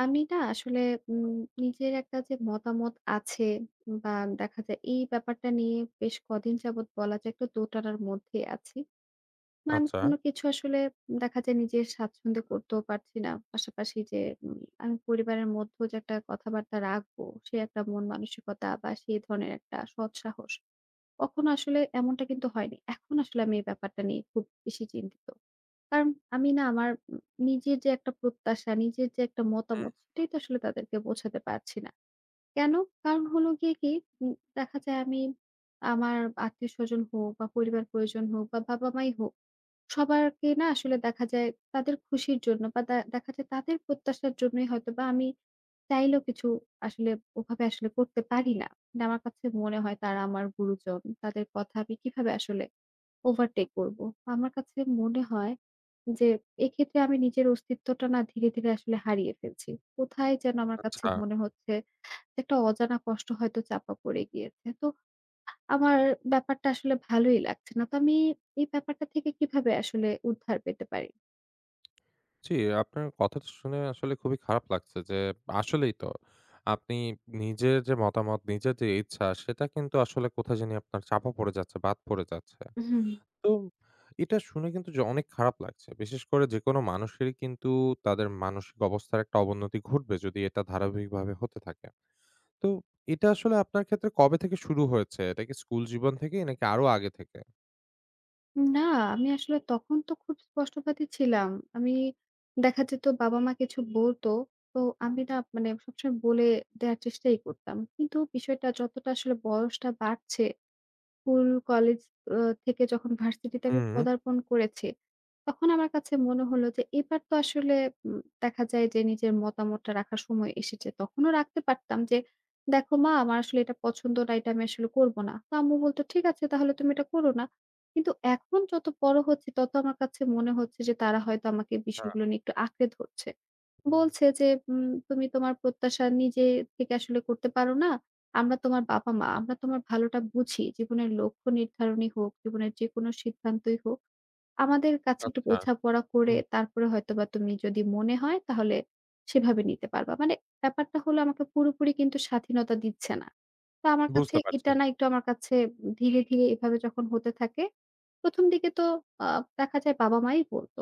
আমি না আসলে উম নিজের একটা যে মতামত আছে বা দেখা যায় এই ব্যাপারটা নিয়ে বেশ কদিন যাবৎ বলা যায় একটু দোটানার মধ্যে আছি। না আমি আচ্ছা, কোনো কিছু আসলে দেখা যায় নিজে স্বাচ্ছন্দ্য করতেও পারছি না। পাশাপাশি যে উম আমি পরিবারের মধ্যেও যে একটা কথাবার্তা রাখবো, সে একটা মন মানসিকতা বা সেই ধরনের একটা সৎসাহস কখনো আসলে এমনটা কিন্তু হয়নি। এখন আসলে আমি এই ব্যাপারটা নিয়ে খুব বেশি চিন্তিত। কারণ আমি না আমার নিজের যে একটা প্রত্যাশা, নিজের যে একটা মতামত সেটাই তো আসলে তাদেরকে বোঝাতে পারছি না। কেন? কারণ হলো গিয়ে কি উম দেখা যায় আমি আমার আত্মীয়স্বজন হোক বা পরিবার পরিজন হোক বা বাবা-মাই হোক, সবারকে না আসলে দেখা যায় তাদের খুশির জন্য বা দেখা যায় তাদের প্রত্যাশার জন্যই হয়তোবা আমি চাইলেও কিছু আসলে ওভাবে আসলে করতে পারি না। মানে আমার কাছে মনে হয় তারা আমার গুরুজন। তাদের কথা আমি কিভাবে আসলে ওভারটেক করব? আমার কাছে মনে হয় যে এক্ষেত্রে আমি নিজের অস্তিত্বটা না ধীরে, ধীরে আসলে হারিয়ে ফেলছি। কোথায় যেন আমার কাছে আচ্ছা। মনে হচ্ছে যে একটা অজানা কষ্ট হয়তো চাপা পড়ে গিয়েছে। তো আমার ব্যাপারটা আসলে ভালোই লাগছে না। তো আমি এই ব্যাপারটা থেকে কিভাবে আসলে উদ্ধার পেতে পারি? জি, আপনার কথাটা শুনে আসলে খুবই খারাপ লাগছে যে আসলেই তো আপনি নিজের যে মতামত, নিজের যে ইচ্ছা সেটা কিন্তু আসলে কোথায় জানি আপনার চাপা পড়ে যাচ্ছে, বাদ পড়ে যাচ্ছে। হুম। তো এটা শুনে কিন্তু যে অনেক খারাপ লাগছে। বিশেষ করে যেকোনো মানুষেরই কিন্তু তাদের মানসিক অবস্থার একটা অবনতি ঘটবে যদি এটা ধারাবাহিকভাবে হতে থাকে। তো এটা আসলে আপনার ক্ষেত্রে কবে থেকে শুরু হয়েছে? এটা কি স্কুল জীবন থেকেই নাকি আরো আগে থেকে? না, আমি আসলে তখন তো খুব স্পষ্টবাদী ছিলাম। আমি দেখা যেত বাবা-মা কিছু বলতো, তো আমি না মানে সবসময় বলে দেয়ার চেষ্টাই করতাম। কিন্তু বিষয়টা যতটা আসলে বয়সটা বাড়ছে স্কুল, কলেজ আ থেকে যখন ভার্সিটিতে আমি হুম, পদার্পণ করেছি, তখন আমার কাছে মনে হলো যে এবার তো আসলে দেখা যায় যে নিজের মতামতটা রাখার সময় এসেছে। তখনও রাখতে পারতাম যে, "দেখো মা আমার আসলে এটা পছন্দ না, এটা আমি আসলে করব না।" তো আম্মু বলত, "ঠিক আছে তাহলে তুমি এটা করো না।" কিন্তু এখন যত বড় হচ্ছি তত আমার কাছে মনে হচ্ছে যে তারা হয়তো আমাকে হ্যাঁ, বিষয়গুলো নিয়ে একটু আঁকড়ে ধরছে। হুম, বলছে যে, তুমি তোমার প্রত্যাশা নিজে থেকে আসলে করতে পারো না। আমরা তোমার বাবা-মা, আমরা তোমার ভালোটা বুঝি। জীবনের লক্ষ্য নির্ধারণই হোক, জীবনের যেকোনো সিদ্ধান্তই হোক। আমাদের কাছে একটু আচ্ছা, বোঝাপড়া করে হুম, তারপরে হয়তোবা তুমি যদি মনে হয় তাহলে সেভাবে নিতে পারবা। মানে ব্যাপারটা হলো আমাকে পুরোপুরি কিন্তু স্বাধীনতা দিচ্ছে না। তো আমার কাছে বুঝতে পারছি। এটা না একটু আমার কাছে ধীরে, ধীরে এভাবে যখন হতে থাকে, ১ম দিকে তো আ দেখা যায় বাবা-মাই বলত।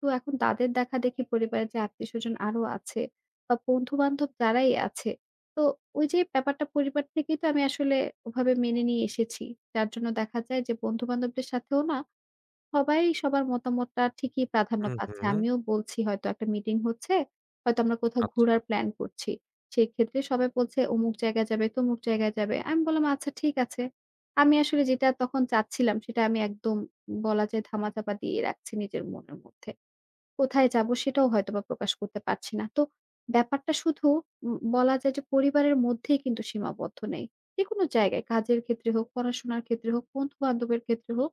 তো এখন তাদের দেখাদেখি পরিবারের যে আত্মীয়স্বজন আরো আছে বা বন্ধু-বান্ধব যারাই আছে তো ওই যে ব্যাপারটা পরিবার থেকেই তো আমি আসলে ওভাবে মেনে নিয়ে এসেছি। যার জন্য দেখা যায় যে বন্ধু-বান্ধবদের সাথেও না সবাই সবার মতামতটা ঠিকই প্রাধান্য হুম, পাচ্ছে। হুম। আমিও বলছি হয়তো একটা মিটিং হচ্ছে, হয়তো আমরা কোথাও আচ্ছা। ঘোরার প্ল্যান করছি। সেক্ষেত্রে সবাই বলছে অমুক জায়গায় যাবে, তমুক জায়গায় যাবে। আমি বললাম, "আচ্ছা ঠিক আছে।" আমি আসলে যেটা তখন চাচ্ছিলাম সেটা আমি একদম বলা যায় ধামাচাপা দিয়ে রাখছি নিজের মনের মধ্যে। কোথায় যাব সেটাও হয়তোবা প্রকাশ করতে পারছি না। তো ব্যাপারটা শুধু বলা যায় যে পরিবারের মধ্যেই কিন্তু সীমাবদ্ধ নেই। যেকোনো জায়গায় কাজের ক্ষেত্রে হোক, পড়াশোনার ক্ষেত্রে হোক, বন্ধু-বান্ধবের ক্ষেত্রে হোক,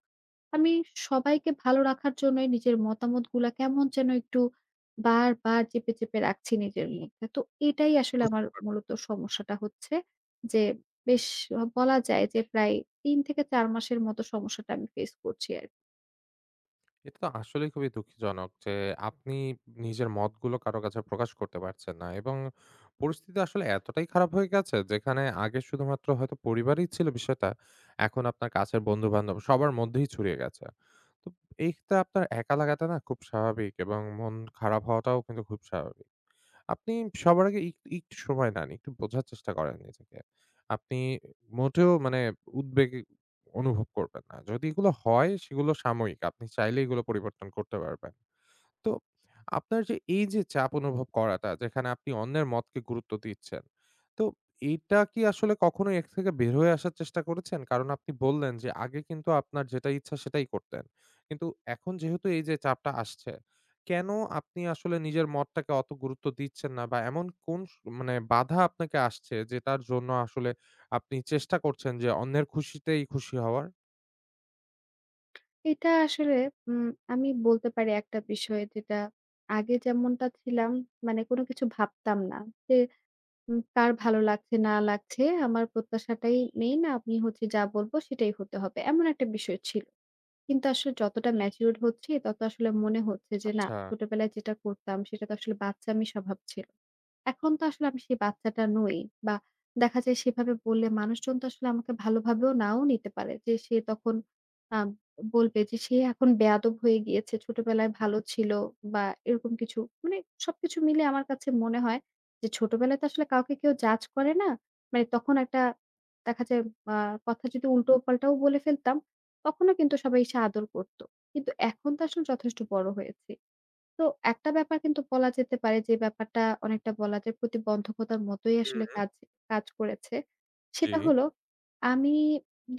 আমি সবাইকে ভালো রাখার জন্যই নিজের মতামতগুলা কেমন যেন একটু বারবার চেপে, চেপে রাখছি নিজের মধ্যে। তো এটাই আসলে বুঝ আমার মূলত সমস্যাটা হচ্ছে যে বেশ বলা যায় যে প্রায় ৩ থেকে ৪ মাসের মতো সমস্যাটা আমি ফেস করছি আর কি। এটা তো আসলেই খুবই দুঃখজনক যে আপনি নিজের মতগুলো কারো কাছে প্রকাশ করতে পারছেন না এবং পরিস্থিতি আসলে এতটাই খারাপ হয়ে গেছে যেখানে আগে শুধুমাত্র হয়তো পরিবারই ছিল বিষয়টা, এখন আপনার কাছের বন্ধু-বান্ধব সবার মধ্যেই ছড়িয়ে গেছে। তো এইটা আপনার একা লাগাটা না খুব স্বাভাবিক এবং মন খারাপ হওয়াটাও কিন্তু খুব স্বাভাবিক। আপনি সবার আগে একটু সময় নেন। একটু বোঝার চেষ্টা করেন নিজেকে। আপনি মোটেও মানে উদ্বেগ অনুভব করবেন না। যদি এগুলো হয় সেগুলো সাময়িক। আপনি চাইলে এগুলো পরিবর্তন করতে পারবেন। তো আপনার যে এই যে চাপ অনুভব করাটা যেখানে আপনি অন্যের মতকে গুরুত্ব দিচ্ছেন, তো এটা কি আসলে কখনো এর থেকে বের হয়ে আসার চেষ্টা করেছেন? কারণ আপনি বললেন যে আগে কিন্তু আপনার যেটা ইচ্ছা সেটাই করতেন। কিন্তু এখন যেহেতু এই যে চাপটা আসছে, কেন আপনি আসলে নিজের মতটাকে অত গুরুত্ব দিচ্ছেন না? বা এমন কোন মানে বাধা আপনাকে আসছে যেটার জন্য আসলে আপনি চেষ্টা করছেন যে অন্যের খুশিতেই খুশি হওয়ার? এটা আসলে উম আমি বলতে পারি একটা বিষয় যেটা আগে যেমনটা ছিলাম মানে কোনো কিছু ভাবতাম না। যে কার ভালো লাগছে না লাগছে আমার প্রত্যাশাটাই মেইন। আমি হচ্ছে যা বলব সেটাই হতে হবে। এমন একটা বিষয় ছিল। কিন্তু আসলে যতটা ম্যাচিউরড হচ্ছি, তত আসলে মনে হচ্ছে যে না, আচ্ছা। ছোটবেলায় যেটা করতাম সেটা তো আসলে বাচ্চামি স্বভাব ছিল। এখন তো আসলে আমি সেই বাচ্চাটা নই বা দেখা যায় সেভাবে বললে মানুষজন তো আসলে আমাকে ভালোভাবেও নাও নিতে পারে। যে সে তখন আ বলবে যে সে এখন বেয়াদব হয়ে গিয়েছে, ছোটবেলায় ভালো ছিল বা এরকম কিছু। মানে সবকিছু মিলে আমার কাছে মনে হয় যে ছোটবেলায় তো আসলে কাউকে কেউ জাজ করে না। মানে তখন একটা দেখা যায় আ কথা যদি উল্টো পাল্টাও বলে ফেলতাম তখনও কিন্তু সবাই এসে আদর করত। কিন্তু এখন তো আসলে যথেষ্ট বড় হয়েছি। তো একটা ব্যাপার কিন্তু বলা যেতে পারে যে ব্যাপারটা অনেকটা বলা যায় প্রতিবন্ধকতার মতোই আসলে হুম, কাজ কাজ করেছে। জি। সেটা হলো আমি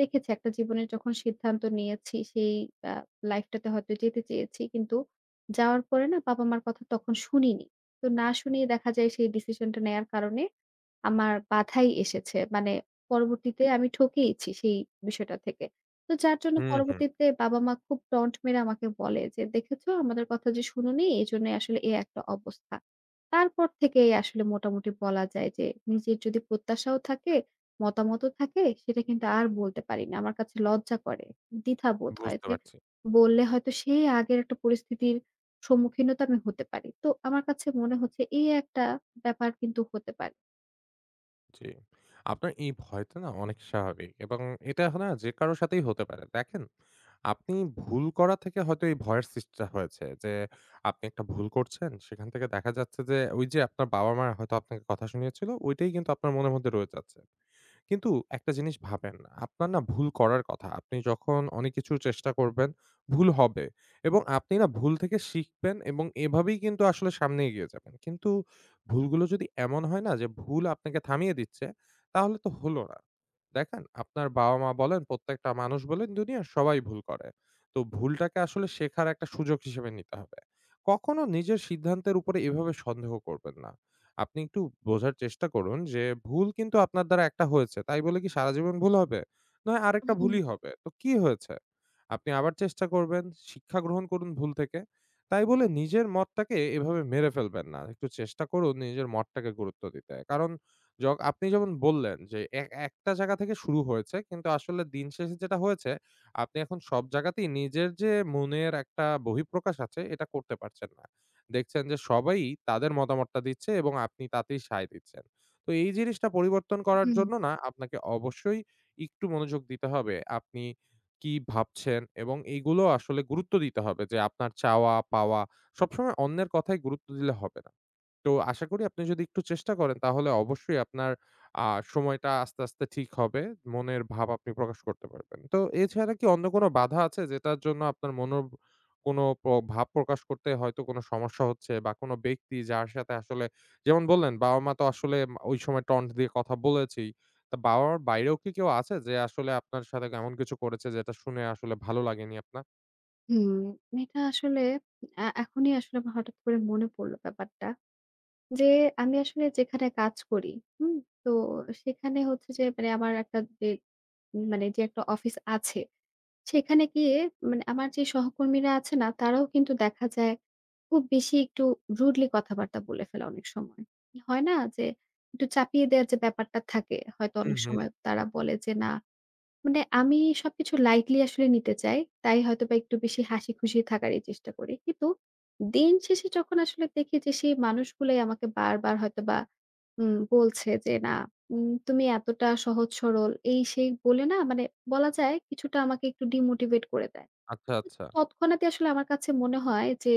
দেখেছি একটা জীবনের যখন সিদ্ধান্ত নিয়েছি সেই আ লাইফটাতে হয়তো যেতে চেয়েছি। কিন্তু যাওয়ার পরে না বাবা-মার কথা তখন শুনিনি। তো না শুনিয়ে দেখা যায় সেই ডিসিশনটা নেয়ার কারণে আমার বাধাই এসেছে। মানে পরবর্তীতে আমি ঠকেইছি সেই বিষয়টা থেকে। তো যার জন্য হুম, হুম। পরবর্তীতে বাবা-মা খুব টন্ট মেরে আমাকে বলে যে, "দেখেছো আমাদের কথা যে শুনোনি এজন্যই আসলে এই একটা অবস্থা।" তারপর থেকেই আসলে মোটামুটি বলা যায় যে নিজের যদি প্রত্যাশাও থাকে, মতামতও থাকে সেটা কিন্তু আর বলতে পারি না। আমার কাছে লজ্জা করে, দ্বিধা বোধ হয় বুঝতে যে পারছি। বললে হয়তো সেই আগের একটা পরিস্থিতির সম্মুখীনও তো আমি হতে পারি। তো আমার কাছে মনে হচ্ছে এই একটা ব্যাপার কিন্তু হতে পারে। জি। আপনার এই ভয়টা না অনেক স্বাভাবিক এবং এটা না যে কারো সাথেই হতে পারে। দেখেন, আপনি ভুল করা থেকে হয়তো এই ভয়ের সৃষ্টিটা হয়েছে যে আপনি একটা ভুল করছেন। সেখান থেকে দেখা যাচ্ছে যে ওই যে আপনার বাবা-মা হয়তো আপনাকে কথা শুনিয়েছিল, ওইটাই কিন্তু আপনার মনের মধ্যে রয়ে যাচ্ছে। কিন্তু একটা জিনিস ভাবেন, আপনার না ভুল করার কথা। আপনি যখন অনেক কিছুর চেষ্টা করবেন, ভুল হবে এবং আপনি না ভুল থেকে শিখবেন এবং এভাবেই কিন্তু আসলে সামনে এগিয়ে যাবেন। কিন্তু ভুলগুলো যদি এমন হয় না যে ভুল আপনাকে থামিয়ে দিচ্ছে, তাহলে তো হলো না। দেখেন, আপনার বাবা-মা বলেন, প্রত্যেকটা মানুষ বলেন, দুনিয়ার সবাই ভুল করে। তো ভুলটাকে আসলে শেখার একটা সুযোগ হিসেবে নিতে হবে। কখনো নিজের সিদ্ধান্তের উপরে এভাবে সন্দেহ করবেন না। আপনি একটু বোঝার চেষ্টা করুন যে ভুল কিন্তু আপনার দ্বারা একটা হয়েছে। তাই বলে কি সারা জীবন ভুল হবে? নয় আরেকটা ভুলই হুম, হবে। তো কি হয়েছে? আপনি আবার চেষ্টা করবেন, শিক্ষা গ্রহণ করুন ভুল থেকে। তাই বলে নিজের মতটাকে এভাবে মেরে ফেলবেন না। একটু চেষ্টা করুন নিজের মতটাকে গুরুত্ব দিতে। কারণ য আপনি যেমন বললেন যে একটা জায়গা থেকে শুরু হয়েছে কিন্তু আসলে দিন শেষে যেটা হয়েছে আপনি এখন সব জায়গাতেই নিজের যে মনের একটা বহিঃপ্রকাশ আছে এটা করতে পারছেন না। দেখছেন যে সবাই তাদের মতামতটা দিচ্ছে এবং আপনি তাতেই সায় দিচ্ছেন। তো এই জিনিসটা পরিবর্তন করার হুম। জন্য না আপনাকে অবশ্যই একটু মনোযোগ দিতে হবে। আপনি কি ভাবছেন এবং এইগুলো আসলে গুরুত্ব দিতে হবে যে আপনার চাওয়া, পাওয়া সবসময় অন্যের কথায় গুরুত্ব দিলে হবে না। তো আশা করি আপনি যদি একটু চেষ্টা করেন তাহলে অবশ্যই আপনার আ সময়টা আস্তে, আস্তে ঠিক হবে। মনের ভাব আপনি প্রকাশ করতে পারবেন। তো এছাড়া কি অন্য কোনো বাধা আছে যেটার জন্য আপনার মনোর কোনো প ভাব প্রকাশ করতে হয়তো কোনো সমস্যা হচ্ছে বা কোনো ব্যক্তি যার সাথে আসলে যেমন বললেন বাবা-মা তো আসলে ওই সময় টন্ট দিয়ে কথা বলেছেই। তা বাবা-মার বাইরেও কি কেউ আছে যে আসলে আপনার সাথে এমন কিছু করেছে যেটা শুনে আসলে ভালো লাগেনি আপনার? হুম, এটা আসলে এখনই আসলে আমার হঠাৎ করে মনে পড়ল ব্যাপারটা। যে আমি আসলে যেখানে কাজ করি, হুম? তো সেখানে হচ্ছে যে মানে আমার একটা যে মানে যে একটা অফিস আছে, সেখানে গিয়ে মানে আমার যে সহকর্মীরা আছে না, তারাও কিন্তু দেখা যায় খুব বেশি একটু rudely কথাবার্তা বলে ফেলে অনেক সময়। হয় না? যে একটু চাপিয়ে দেওয়ার যে ব্যাপারটা থাকে, হয়তো হুম, অনেক হুম। সময় তারা বলে যে না মানে আমি সবকিছু লাইটলি আসলে নিতে চাই। তাই হয়তোবা একটু বেশি হাসিখুশি থাকারই চেষ্টা করি। কিন্তু দিন শেষে যখন আসলে দেখি যে সেই মানুষগুলাই আমাকে বারবার হয়তোবা বলছে যে, "না, তুমি এতটা সহজ সরল" এই সেই বলে না মানে বলা যায় কিছুটা আমাকে একটু ডিমোটিভেট করে দেয়। আচ্ছা, আচ্ছা। তৎক্ষণাৎই আসলে আমার কাছে মনে হয় যে,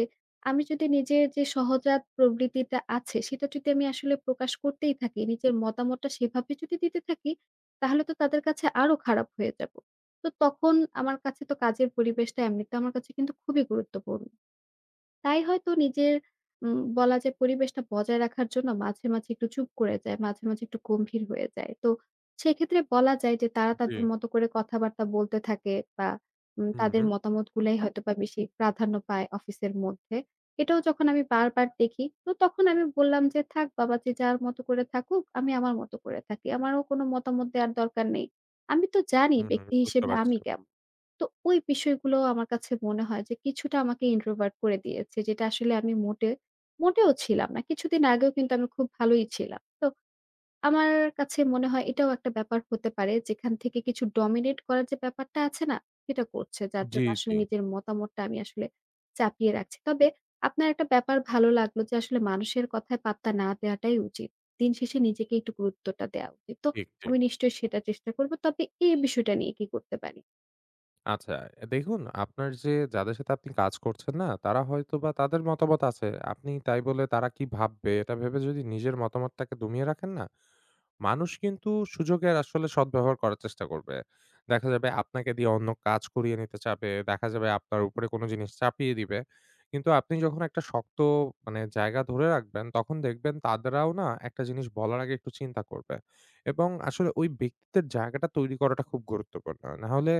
আমি যদি নিজের যে সহজাত প্রবৃত্তিটা আছে, সেটা যদি আমি আসলে প্রকাশ করতেই থাকি, নিজের মতামতটা সেভাবে যদি দিতে থাকি, তাহলে তো তাদের কাছে আরো খারাপ হয়ে যাব। তো তখন আমার কাছে তো কাজের পরিবেশটা এমনিতে আমার কাছে কিন্তু খুবই গুরুত্বপূর্ণ। তাই হয়তো নিজের বলা যায় পরিবেশটা বজায় রাখার জন্য মাঝে, মাঝে একটু চুপ করে যায়, মাঝে, মাঝে একটু গম্ভীর হয়ে যায়। তো সেক্ষেত্রে বলা যায় যে তারা জি। তাদের মতো করে কথাবার্তা বলতে থাকে বা হুম, তাদের হুম, মতামত গুলাই হয়তোবা বেশি প্রাধান্য পায় অফিসের মধ্যে। এটাও যখন আমি বারবার দেখি, তো তখন আমি বললাম যে, "থাক বাবা যে যার মতো করে থাকুক, আমি আমার মতো করে থাকি। আমারও কোনো মতামত দেওয়ার দরকার নেই। আমি তো জানি হুম, ব্যক্তি বুঝতে হিসেবে পারছি। আমি কেমন।" তো ওই বিষয়গুলো আমার কাছে মনে হয় যে কিছুটা আমাকে ইন্ট্রোভার্ট করে দিয়েছে। যেটা আসলে আমি মোটেও ছিলাম না। কিছুদিন আগেও কিন্তু আমি খুব ভালোই ছিলাম। তো আমার কাছে মনে হয় এটাও একটা ব্যাপার হতে পারে যেখান থেকে কিছু ডমিনেট করার যে ব্যাপারটা আছে না? সেটা করছে। যার জি, জন্য আসলে জি। নিজের মতামতটা আমি আসলে চাপিয়ে রাখছি। তবে আপনার একটা ব্যাপার ভালো লাগলো যে আসলে মানুষের কথায় পাত্তা না দেওয়াটাই উচিত। দিন শেষে নিজেকে একটু গুরুত্বটা দেওয়া উচিত। তো ঠিক, ঠিক। আমি নিশ্চয়ই সেটা চেষ্টা করব। তবে এই বিষয়টা নিয়ে কি করতে পারি? আচ্ছা, দেখুন আপনার যে যাদের সাথে আপনি কাজ করছেন না, তারা হয়তোবা তাদের মতামত আছে। আপনি তাই বলে তারা কি ভাববে এটা ভেবে যদি নিজের মতামতটাকে দমিয়ে রাখেন না, মানুষ কিন্তু সুযোগের আসলে সদ্ব্যবহার করার চেষ্টা করবে। দেখা যাবে আপনাকে দিয়ে অন্য কাজ করিয়ে নিতে চাবে। দেখা যাবে আপনার উপরে কোনো জিনিস চাপিয়ে দিবে। কিন্তু আপনি যখন একটা শক্ত মানে জায়গা ধরে রাখবেন, তখন দেখবেন তাদেরাও না একটা জিনিস বলার আগে একটু চিন্তা করবে। এবং আসলে ওই ব্যক্তিত্বের জায়গাটা তৈরি করাটা খুব গুরুত্বপূর্ণ। নাহলে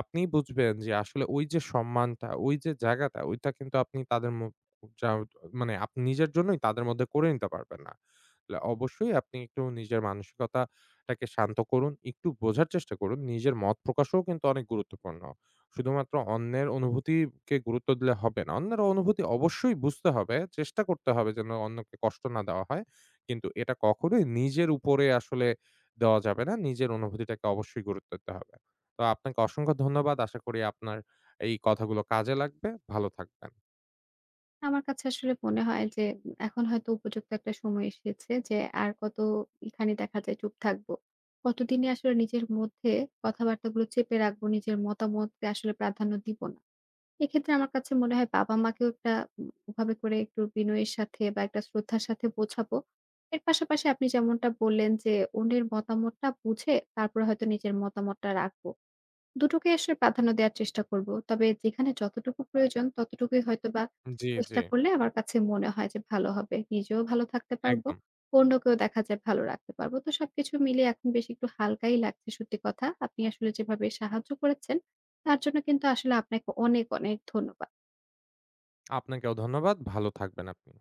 আপনি বুঝবেন যে আসলে ওই যে সম্মানটা, ওই যে জায়গাটা, ওইটা কিন্তু আপনি তাদের ম যাও মানে আপনি নিজের জন্যই তাদের মধ্যে করে নিতে পারবেন না। অবশ্যই আপনি একটু নিজের মানসিকতাটাকে শান্ত করুন। একটু বোঝার চেষ্টা করুন। নিজের মত প্রকাশও কিন্তু অনেক গুরুত্বপূর্ণ। শুধুমাত্র অন্যের অনুভূতিকে গুরুত্ব দিলে হবে না। অন্যের অনুভূতি অবশ্যই বুঝতে হবে। চেষ্টা করতে হবে যেন অন্যকে কষ্ট না দেওয়া হয়। কিন্তু এটা কখনোই নিজের উপরে আসলে দেওয়া যাবে না। নিজের অনুভূতিটাকে অবশ্যই গুরুত্ব দিতে হবে। তো আপনাকে অসংখ্য ধন্যবাদ। আশা করি আপনার এই কথাগুলো কাজে লাগবে। ভালো থাকবেন। আমার কাছে আসলে মনে হয় যে এখন হয়তো উপযুক্ত একটা সময় এসেছে যে আর কত এখানে দেখা যায় চুপ থাকবো। কতদিনে আসলে নিজের মধ্যে কথাবার্তাগুলো চেপে রাখবো, নিজের মতামতকে আসলে প্রাধান্য দিব না। এক্ষেত্রে আমার কাছে মনে হয় বাবা-মাকেও একটা ওভাবে করে একটু বিনয়ের সাথে বা একটা শ্রদ্ধার সাথে বোঝাবো। এর পাশাপাশি আপনি যেমনটা বললেন যে অন্যের মতামতটা বুঝে তারপরে হয়তো নিজের মতামতটা রাখবো। দুটোকে আসলে প্রাধান্য দেওয়ার চেষ্টা করব। তবে যেখানে যতটুকু প্রয়োজন ততটুকুই হয়তোবা জি, জি। চেষ্টা করলে আমার কাছে মনে হয় যে ভালো হবে। নিজেও ভালো থাকতে পারবো, একদম। অন্যকেও দেখা যায় ভালো রাখতে পারবো। তো সবকিছু মিলিয়ে এখন বেশ একটু হালকাই লাগছে সত্যি কথা। আপনি আসলে যেভাবে সাহায্য করেছেন তার জন্য কিন্তু আসলে আপনাকে অনেক, অনেক ধন্যবাদ। আপনাকেও ধন্যবাদ। ভালো থাকবেন আপনি।